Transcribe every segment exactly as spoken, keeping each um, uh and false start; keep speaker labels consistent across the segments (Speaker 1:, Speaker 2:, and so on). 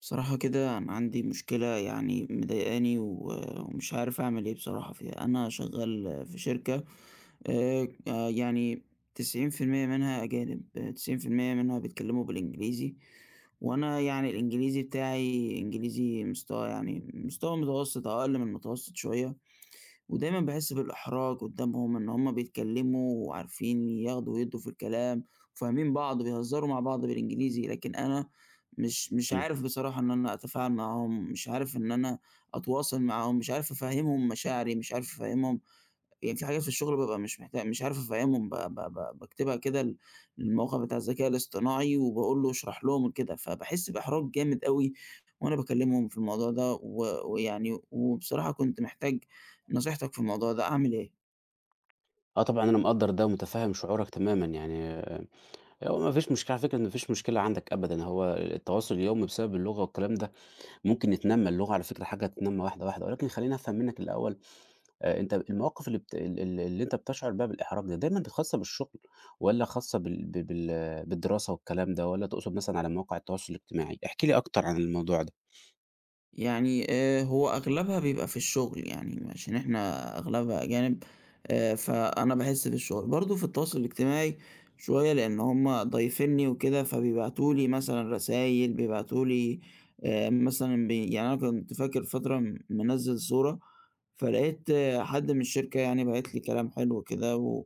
Speaker 1: بصراحة كده أنا عندي مشكلة يعني مضايقاني و- ومش عارف أعمل إيه بصراحة فيها. أنا شغال في شركة، آه، آه، يعني تسعين في المية منها أجانب، آه، تسعين في المية منها بيتكلموا بالإنجليزي، وأنا يعني الإنجليزي بتاعي إنجليزي مستوى، يعني مستوى متوسط أو أقل من المتوسط شوية، ودايمًا باحس بالإحراج قدّامهم إن هم بيتكلّموا وعارفين ياخدوا ويدّوا في الكلام، وفاهمين بعض وبيهزروا مع بعض بالإنجليزي. لكن أنا مش مش
Speaker 2: إمم.
Speaker 1: عارف بصراحة إن أنا أتفاعل معاهم، مش عارف إن أنا أتواصل معاهم، مش عارف أفهّمهم مشاعري، مش عارف أفهّمهم، يعني في حاجات في الشغل بابقى مش محتاج، مش عارف أفهّمهم، ب ب ب باكتبها كده ل للموقع بتاع الذكاء الاصطناعي وباقول له اشرح لهم كده، فباحس بإحراج جامد أوي. وأنا باكلمهم في الموضوع ده و ويعني وبصراحة كنت محتاج نصيحتك في الموضوع ده، أعمل إيه؟
Speaker 2: آه طبعًا أنا مقدّر ده ومتفهّم شعورك تمامًا يعني آآ، هو ما فيش مشكلة على فكرة ما فيش مشكلة عندك أبدًا، هو التواصل اليومي بسبب اللغة والكلام ده ممكن يتنمّى، اللغة على فكرة حاجة تتنمّى واحدة، واحدة، ولكن خلّيني أفهم منّك الأول، آآ، أنت المواقف اللي بت ال ال اللي أنت بتشعر بيها بالإحراج دي دايمًا خاصة بالشغل والّا خاصة بال ب بال بالدراسة والكلام ده، والّا تقصد مثلًا على مواقع التواصل الاجتماعي؟ احكِ لي أكتر عن الموضوع ده.
Speaker 1: يعني آآ هو أغلبها بيبقى في الشغل، يعني عشان إحنا أغلبها أجانب. آآ فأنا باحس بالشغل. برضه في التواصل الاجتماعي شوية، لإن هم ضايفينّي وكده، فبيبعتوا لي مثلًا رسايل، بيبعتوا لي آآ مثلًا، بي يعني أنا كنت فاكر فترة م منزّل صورة، فلقيت آه، حد من الشركة يعني باعت لي كلام حلو كده و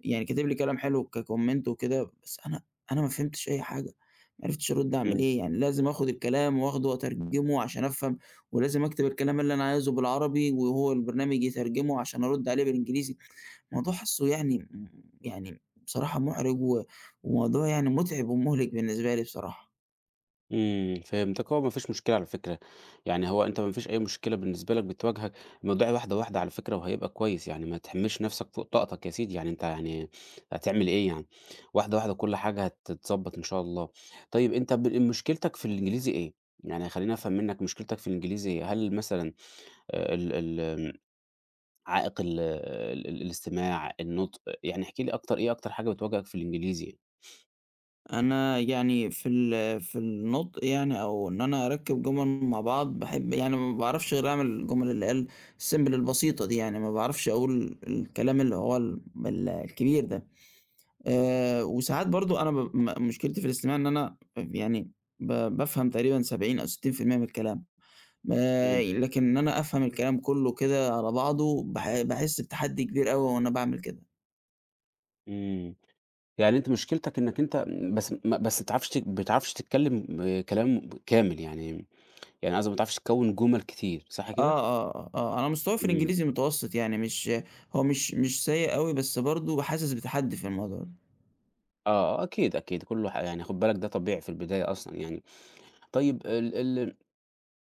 Speaker 1: يعني كاتب لي كلام حلو كcomment وكده، بس أنا أنا ما فهمتش أي حاجة. ما عرفتش أرُدّ أعمل
Speaker 2: إمم.
Speaker 1: إيه، يعني لازم آخُد الكلام وآخده وأترجمه عشان أفهم، ولازم أكتب الكلام اللي أنا عايزه بالعربي وهو البرنامج يترجمه عشان أرُدّ عليه بالإنجليزي. الموضوع حاسّه يعني م يعني بصراحة مُحرِج، و وموضوع يعني مُتعِب ومُهلِك بالنسبة لي بصراحة.
Speaker 2: إمم، فهمتك، هو ما فيش مشكلة على فكرة، يعني هو أنت ما فيش أي مشكلة بالنسبة لك بتواجهك، الموضوع واحدة، واحدة على فكرة وهيبقى كويس، يعني ما تحمّلش نَفْسك فوق طاقتك يا سيدي، يعني أنت يعني هتعمل إيه يعني؟ واحدة، واحدة كل حاجة هتتضبّط إن شاء الله. طيب أنت ب مشكلتك في الإنجليزي إيه؟ يعني خلّيني أفهم منّك مشكلتك في الإنجليزي إيه؟ هل مثلًا آآ ال ال عائق ال ال الاستماع، النطق، يعني احكِ لي أكتر إيه أكتر حاجة بتواجهك في الإنجليزي؟
Speaker 1: أنا يعني في ال في النُطق، يعني أو إن أنا أركِّب جُمَل مع بعض، باحب يعني ما باعرفش غير أعمل الجُمَل اللي هي ال الsimple البسيطة دي، يعني ما باعرفش أقول الكلام اللي هو ال ال الكبير ده. آآ وساعات برضه أنا ب م مشكلتي في الاستماع، إن أنا يعني ب بافهم تقريبًا سبعين أو ستين في المئة من الكلام. آآ
Speaker 2: إمم،
Speaker 1: لكن إن أنا أفهم الكلام كُلّه كده على بعضه باح باحس بتحدّي كبير أوي وأنا باعمل كده.
Speaker 2: إمم. يعني أنت مشكلتك إنّك أنت بس ما بس ما بتعرفش ت ما بتعرفش تتكلّم آه، كلام كامل، يعني يعني قصدي ما بتعرفش تكوّن جُمل كتير، صح
Speaker 1: آه،
Speaker 2: كده؟
Speaker 1: آه، آه، آه، أنا مستواي في
Speaker 2: إمم.
Speaker 1: الإنجليزي متوسط، يعني مش هو مش مش سيء أوي بس برضه حاسس بتحدّي في الموضوع ده.
Speaker 2: آه، أكيد، أكيد كُلّه ح يعني خُد بالك ده طبيعي في البداية أصلًا يعني. طيب ال ال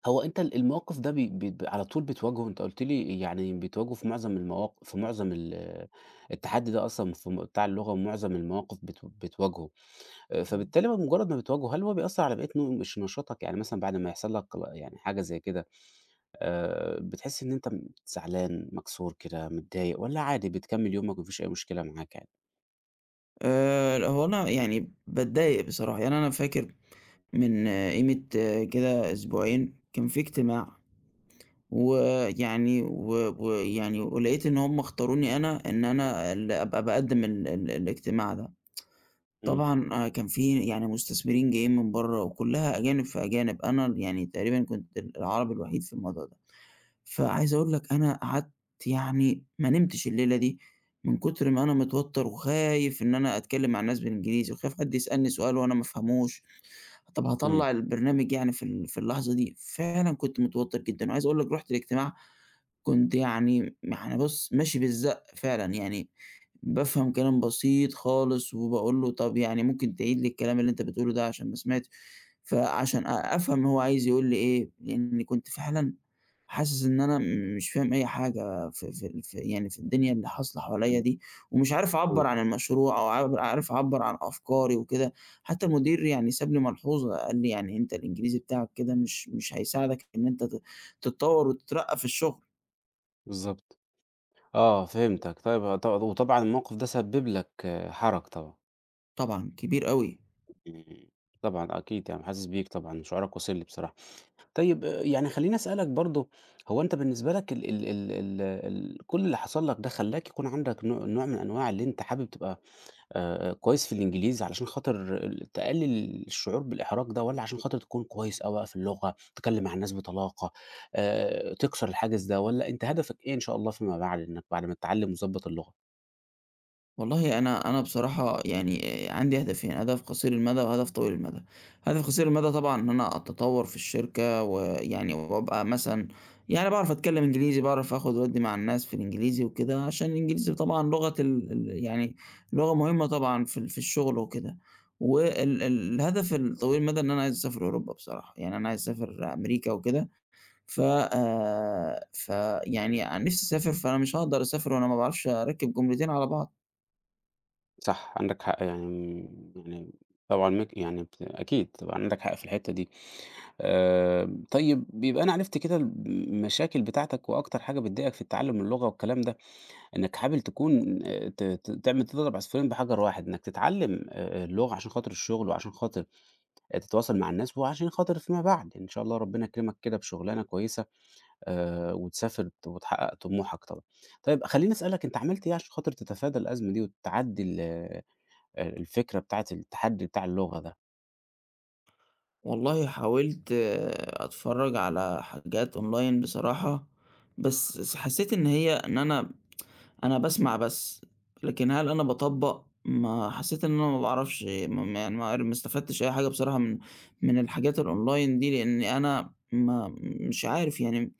Speaker 2: هو أنت ال الموقِف ده بي بت على طول بتواجهه، أنت قُلت لي يعني بتواجهه في معظم المواق في معظم ال التحدّي ده أصلًا في م بتاع اللغة ومعظم المواقِف بت بتواجهه، آآ فبالتالي بمُجرّد ما بتواجهه، هل هو بيأثّر على بقية نو مش نشاطك؟ يعني مثلًا بعد ما يحصل لك ل يعني حاجة زي كده آآ بتحس إن أنت م زعلان، مكسور كده، متضايق والّا عادي بتكمّل يومك ما فيش أي مشكلة معاك يعني؟
Speaker 1: آآ هو أنا يعني باتضايق بصراحة. يعني أنا فاكر من آه، قيمة آه، كده أسبوعين كان في اجتماع، ويعني و ويعني ولقيت إن هم اختاروني أنا، إن أنا اللي أبقى باقدّم ال ال الاجتماع ده.
Speaker 2: إمم،
Speaker 1: طبعًا آآ كان في يعني مستثمرين جايين من برّه وكُلّها أجانب في أجانب، أنا يعني تقريبًا كنت ال العربي الوحيد في الموضوع ده. فعايز أقول لك أنا قعدت، يعني ما نمتش الليلة دي، من كتر ما أنا متوتّر وخايف إن أنا أتكلّم مع الناس بالإنجليزي وخايف حد يسألني سؤال وأنا ما أفهموش، طَب
Speaker 2: إمم،
Speaker 1: هاطلّع البرنامج يعني في ال في اللحظة دي. فعلًا كنت متوتّر جدًا، وعايز أقول لك رُحت الاجتماع كنت يعني م يعني بُص ماشي بالزق فعلًا، يعني بافهم كلام بسيط خالص، وباقول له طَب يعني ممكن تعيد لي الكلام اللي أنت بتقوله ده عشان ما سمعتش، فعشان أ أفهم هو عايز يقول لي إيه، لإني كنت فعلًا حاسس إن أنا م- مش فاهم أي حاجة في في ال في يعني في الدنيا اللي حاصلة حواليّا
Speaker 2: إمم،
Speaker 1: دي، ومش عارف
Speaker 2: آه،
Speaker 1: أعبّر عن المشروع، أو عاب عارف أعبّر عن أفكاري وكده. حتى المدير يعني ساب لي ملحوظة قال لي: "يعني أنت الإنجليزي بتاعك كده مش مش هيساعدك إن أنت ت تتطوّر وتترقّى في الشغل."
Speaker 2: بالضبط. آه فهمتك. طيب ط وطبعًا الموقف ده سبِّب لك آه، حَرَج طبعًا.
Speaker 1: طبعًا كبير أوي.
Speaker 2: إمم، طبعًا أكيد يعني حاسس بيك طبعًا، شعورك واصل لي بصراحة. طيب آه، يعني خلّيني أسألك برضه، هو أنت بالنسبة لك ال ال ال ال ال كل اللي حصل لك ده خلّاك يكون عندك نوع نوع من أنواع اللي أنت حابب تبقى آآ، كويس في الإنجليزي علشان خاطر ال تقلل الشعور بالإحراج ده، والّا عشان خاطر تكون كويس أوي بقى في اللغة، تتكلم مع الناس بطلاقة، آآ، تكسر الحاجز ده، والّا أنت هدفك إيه إن شاء الله فيما بعد إنك بعد ما تتعلم وتضبط اللغة؟
Speaker 1: والله أنا أنا بصراحة يعني عندي هدفين، هدف قصير المدى وهدف طويل المدى. هدف قصير المدى طبعًا إن أنا أتطور في الشركة، ويعني وأبقى مثلًا يعني باعرف أتكلم إنجليزي، باعرف آخد وأدّي مع الناس في الإنجليزي وكده، عشان الإنجليزي طبعًا لغة ال ال يعني لغة مهمة طبعًا في ال في الشغل وكده. وال ال الهدف الطويل المدى إن أنا عايز أسافر أوروبا بصراحة، يعني أنا عايز أسافر أمريكا وكده. ف آآ فيعني نفسي أسافر، فأنا مش هاقدر أسافر وأنا ما باعرفش أركّب جملتين على بعض.
Speaker 2: صح، عندك حق يعني يعني طبعًا مك يعني بت أكيد طبعًا عندك حق في الحتة دي. آآ، طيب يبقى أنا عرفت كده المشاكل بتاعتك وأكتر حاجة بتضايقك في التعلم اللغة والكلام ده. إنّك حابب تكون آآ ت ت تعمل تضرب عصفورين بحجر واحد، إنّك تتعلّم آآ اللغة عشان خاطر الشغل وعشان خاطر آآ تتواصل مع الناس وعشان خاطر فيما بعد، إن شاء الله ربنا يكرمك كده بشُغلانة كويسة آآ وتسافر ت وتحقق طموحك طبعًا. طيب خلّيني أسألك أنت عملت إيه عشان خاطر تتفادى الأزمة دي وتعدّي ال آآ الفكرة بتاعة التحدي بتاع اللغة ده؟
Speaker 1: والله حاولت آآ أتفرّج على حاجات أونلاين بصراحة، بس س حسّيت إن هي، إن أنا أنا باسمع بس، لكن هل أنا باطبّق؟ ما حسّيت إن أنا ما باعرفش، ما ما يعني ما عر ما استفدتش أي حاجة بصراحة من من الحاجات الأونلاين دي، لإني أنا ما مش عارف يعني.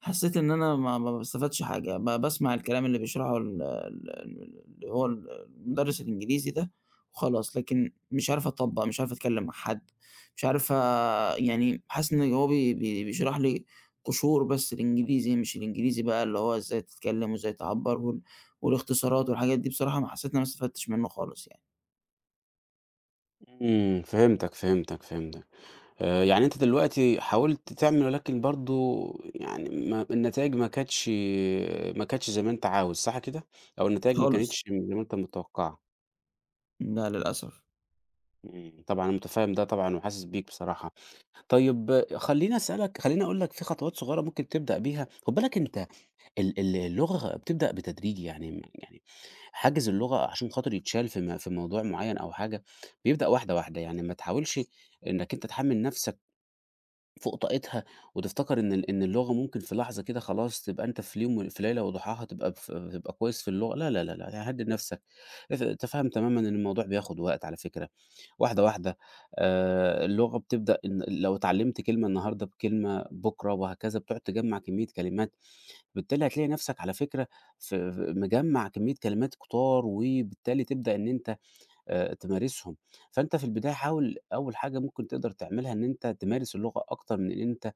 Speaker 1: حسّيت إن أنا ما ما باستفادش حاجة، ب باسمع الكلام اللي بيشرحه ال ال ال اللي هو ال المدرس الإنجليزي ده وخلاص، لكن مش عارف أطبّق، مش عارف أتكلّم مع حد، مش عارف، آآ يعني حاسس إن هو بي بي بيشرح لي قشور بس الإنجليزي، مش الإنجليزي بقى اللي هو إزاي تتكلّم وإزاي تعبّر، وال والاختصارات والحاجات دي، بصراحة ما حسيت إن أنا ما استفدتش منّه خالص يعني،
Speaker 2: إمم، فهمتك، فهمتك، فهمتك. آآ، يعني أنت دلوقتي حاولت تعمل ولكن برضه يعني ما النتايج ما كانتش ما كانتش زي ما أنت عاوز، صح كده؟ أو النتايج ما
Speaker 1: خالص.
Speaker 2: كانتش زي ما أنت متوقعها.
Speaker 1: لا، للأسف.
Speaker 2: إمم، طبعًا أنا متفهم ده طبعًا وحاسس بيك بصراحة. طيب آه، خلّيني أسألك خلّيني أقول لك في خطوات صغيرة ممكن تبدأ بيها، خُد بالك أنت ال ال اللغة بتبدأ بتدريج يعني م يعني حاجز اللغة عشان خاطر يتشال في م في موضوع معيّن أو حاجة، بيبدأ واحدة، واحدة، يعني ما تحاولش إنك أنت تحمّل نَفْسك فوق طاقتها، وتفتكر إن ال إن اللغة ممكن في لحظة كده خلاص تبقى أنت في اليوم ول في ليلة وضحاها تبقى ف تبقى كويس في اللغة، لا، لا، لا، لا، يعني هدِّد نفسك، اف تفهَّم تمامًا إن الموضوع بياخد وقت على فكرة، واحدة، واحدة، آآ اللغة بتبدأ إن لو اتعلمت كلمة النهارده بكلمة بُكرة وهكذا، بتقعد تجمّع كمية كلمات، بالتالي هتلاقي نفسك على فكرة ف ف مجمّع كمية كلمات كتار، وبالتالي تبدأ إن أنت آآ تمارسهم، فأنت في البداية حاول أول حاجة ممكن تقدر تعملها إن أنت تمارس اللغة أكتر من إن انت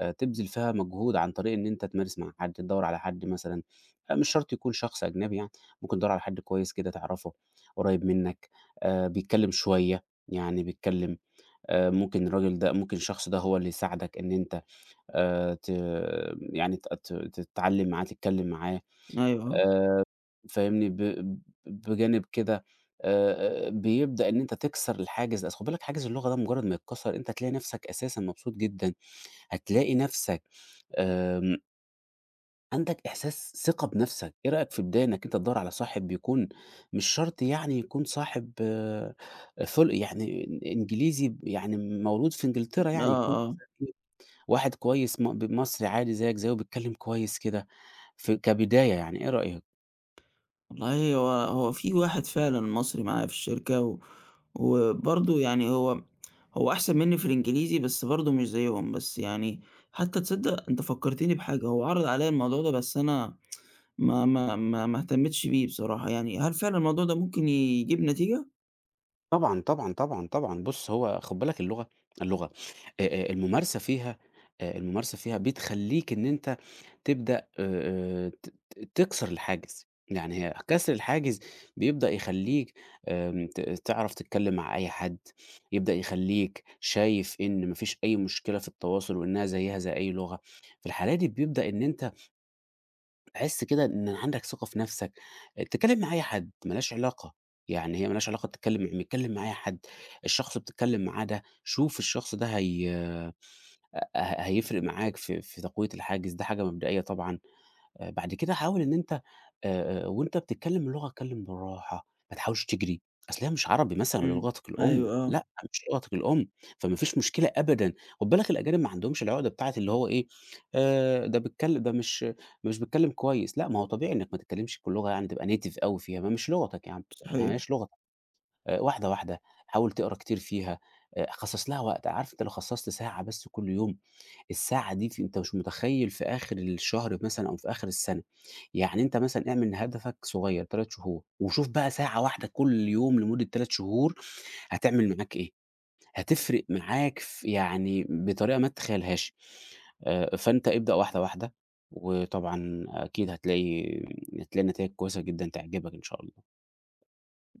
Speaker 2: آآ تبذل فيها مجهود عن طريق إن أنت تمارس مع حد، تدوّر على حد مثلًا آآ مش شرط يكون شخص أجنبي يعني، ممكن تدوّر على حد كويس كده تعرفه، قريب منك، آآ بيتكلم شوية، يعني بيتكلم آآ ممكن الراجل ده ممكن الشخص ده هو اللي يساعدك إن أنت آآ ت يعني ت ت تتعلم معاه، تتكلم معاه،
Speaker 1: أيوه
Speaker 2: آآ فاهمني؟ ب ب بجانب كده آآ بيبدأ إن أنت تكسر الحاجز ده، أصل خُد بالك حاجز اللغة ده مجرد ما يتكسر أنت هتلاقي نفسك أساسًا مبسوط جدًا، هتلاقي نفسك آمم عندك إحساس ثقة بنفسك، إيه رأيك في البداية إنك أنت تدوّر على صاحب بيكون مش شرط يعني يكون صاحب آآ، فل يعني إنجليزي يعني مولود في إنجلترا
Speaker 1: آه،
Speaker 2: يعني يكون
Speaker 1: آه، آه،
Speaker 2: مثلًا إيه، واحد كويس م ب مصري عادي زيك زيه بيتكلم كويس كده في كبداية يعني، إيه رأيك؟
Speaker 1: والله هو هو في واحد فعلًا مصري معايا في الشركة، و وبرضه يعني هو هو أحسن منّي في الإنجليزي بس برضه مش زيّهم، بس يعني حتى تصدّق أنت فكّرتني بحاجة، هو عرض عليّا الموضوع ده بس أنا ما ما ما ما اهتمتش بيه بصراحة يعني، هل فعلًا الموضوع ده ممكن يجيب نتيجة؟
Speaker 2: طبعًا، طبعًا، طبعًا، طبعًا، بُص هو خُد بالك اللغة اللغة آآ، آآ، الممارسة فيها آآ، الممارسة فيها بتخلّيك إن أنت تبدأ آآ، ت ت تكسر الحاجز، يعني هي كسر الحاجز بيبدأ يخلّيك آمم، ت تعرف تتكلم مع أي حد، يبدأ يخلّيك شايف إن ما فيش أي مشكلة في التواصل وإنها زيها زي أي لغة، في الحالة دي بيبدأ إن أنت تحس كده إن عندك ثقة في نفسك، آه، تتكلم مع أي حد ما لهاش علاقة، يعني هي ما لهاش علاقة تتكلم اتكلم مع أي حد، الشخص اللي بتتكلم معاه ده شوف الشخص ده هي ه هيفرق معاك في في تقوية الحاجز، ده حاجة مبدئية طبعًا. آآ بعد كده حاول إن أنت آآ آآ وأنت بتتكلم اللغة اتكلم بالراحة، ما تحاولش تجري، أصل هي مش عربي مثلًا والّا
Speaker 1: إمم،
Speaker 2: لغتك الأم،
Speaker 1: أيوه آه،
Speaker 2: لأ مش لغتك الأم، فما فيش مشكلة أبدًا، خد بالك الأجانب ما عندهمش العقدة بتاعة اللي هو إيه، آآ ده بيتكل ده مش مش بيتكلم كويس، لأ ما هو طبيعي إنك ما تتكلمش بلغة يعني تبقى native أوي فيها، ما مش لغتك يا عم، ما
Speaker 1: صحيح.
Speaker 2: هياش لغتك، آآ واحدة واحدة، حاول تقرا كتير فيها، آآ خصص لها وقت، عارف أنت لو خصصت ساعة بس كل يوم الساعة دي ف أنت مش متخيّل في آخر الشهر مثلًا أو في آخر السنة، يعني أنت مثلًا اعمل هدفك صغيّر 3 شهور، وشوف بقى ساعة واحدة كل يوم لمدة 3 شهور هتعمل معاك إيه، هتفرق معاك ف يعني بطريقة ما تتخيلهاش، آآ، فأنت ابدأ واحدة واحدة، وطبعًا أكيد هتلاقي هتلاقي نتايج كويسة جدًا تعجبك إن شاء الله.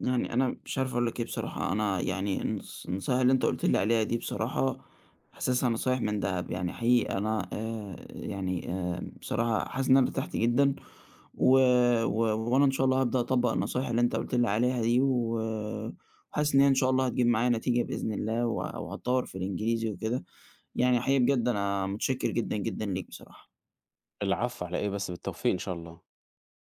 Speaker 1: يعني أنا مش عارف أقول لك إيه بصراحة. أنا يعني النص النصايح اللي أنت قُلت لي عليها دي بصراحة حاسسها نصايح من دهب، يعني حقيقي أنا آآ يعني آآ بصراحة حاسس إن أنا ارتحت جدًا، و و وأنا إن شاء الله هابدأ أطبّق النصايح اللي أنت قُلت لي عليها دي، و وحاسس إن هي إن شاء الله هتجيب معايا نتيجة بإذن الله، وه وهاتطوّر في الإنجليزي وكده. يعني حقيقي بجد أنا متشكر جدًا، جدًا ليك بصراحة.
Speaker 2: العفو على إيه بس، بالتوفيق إن شاء الله.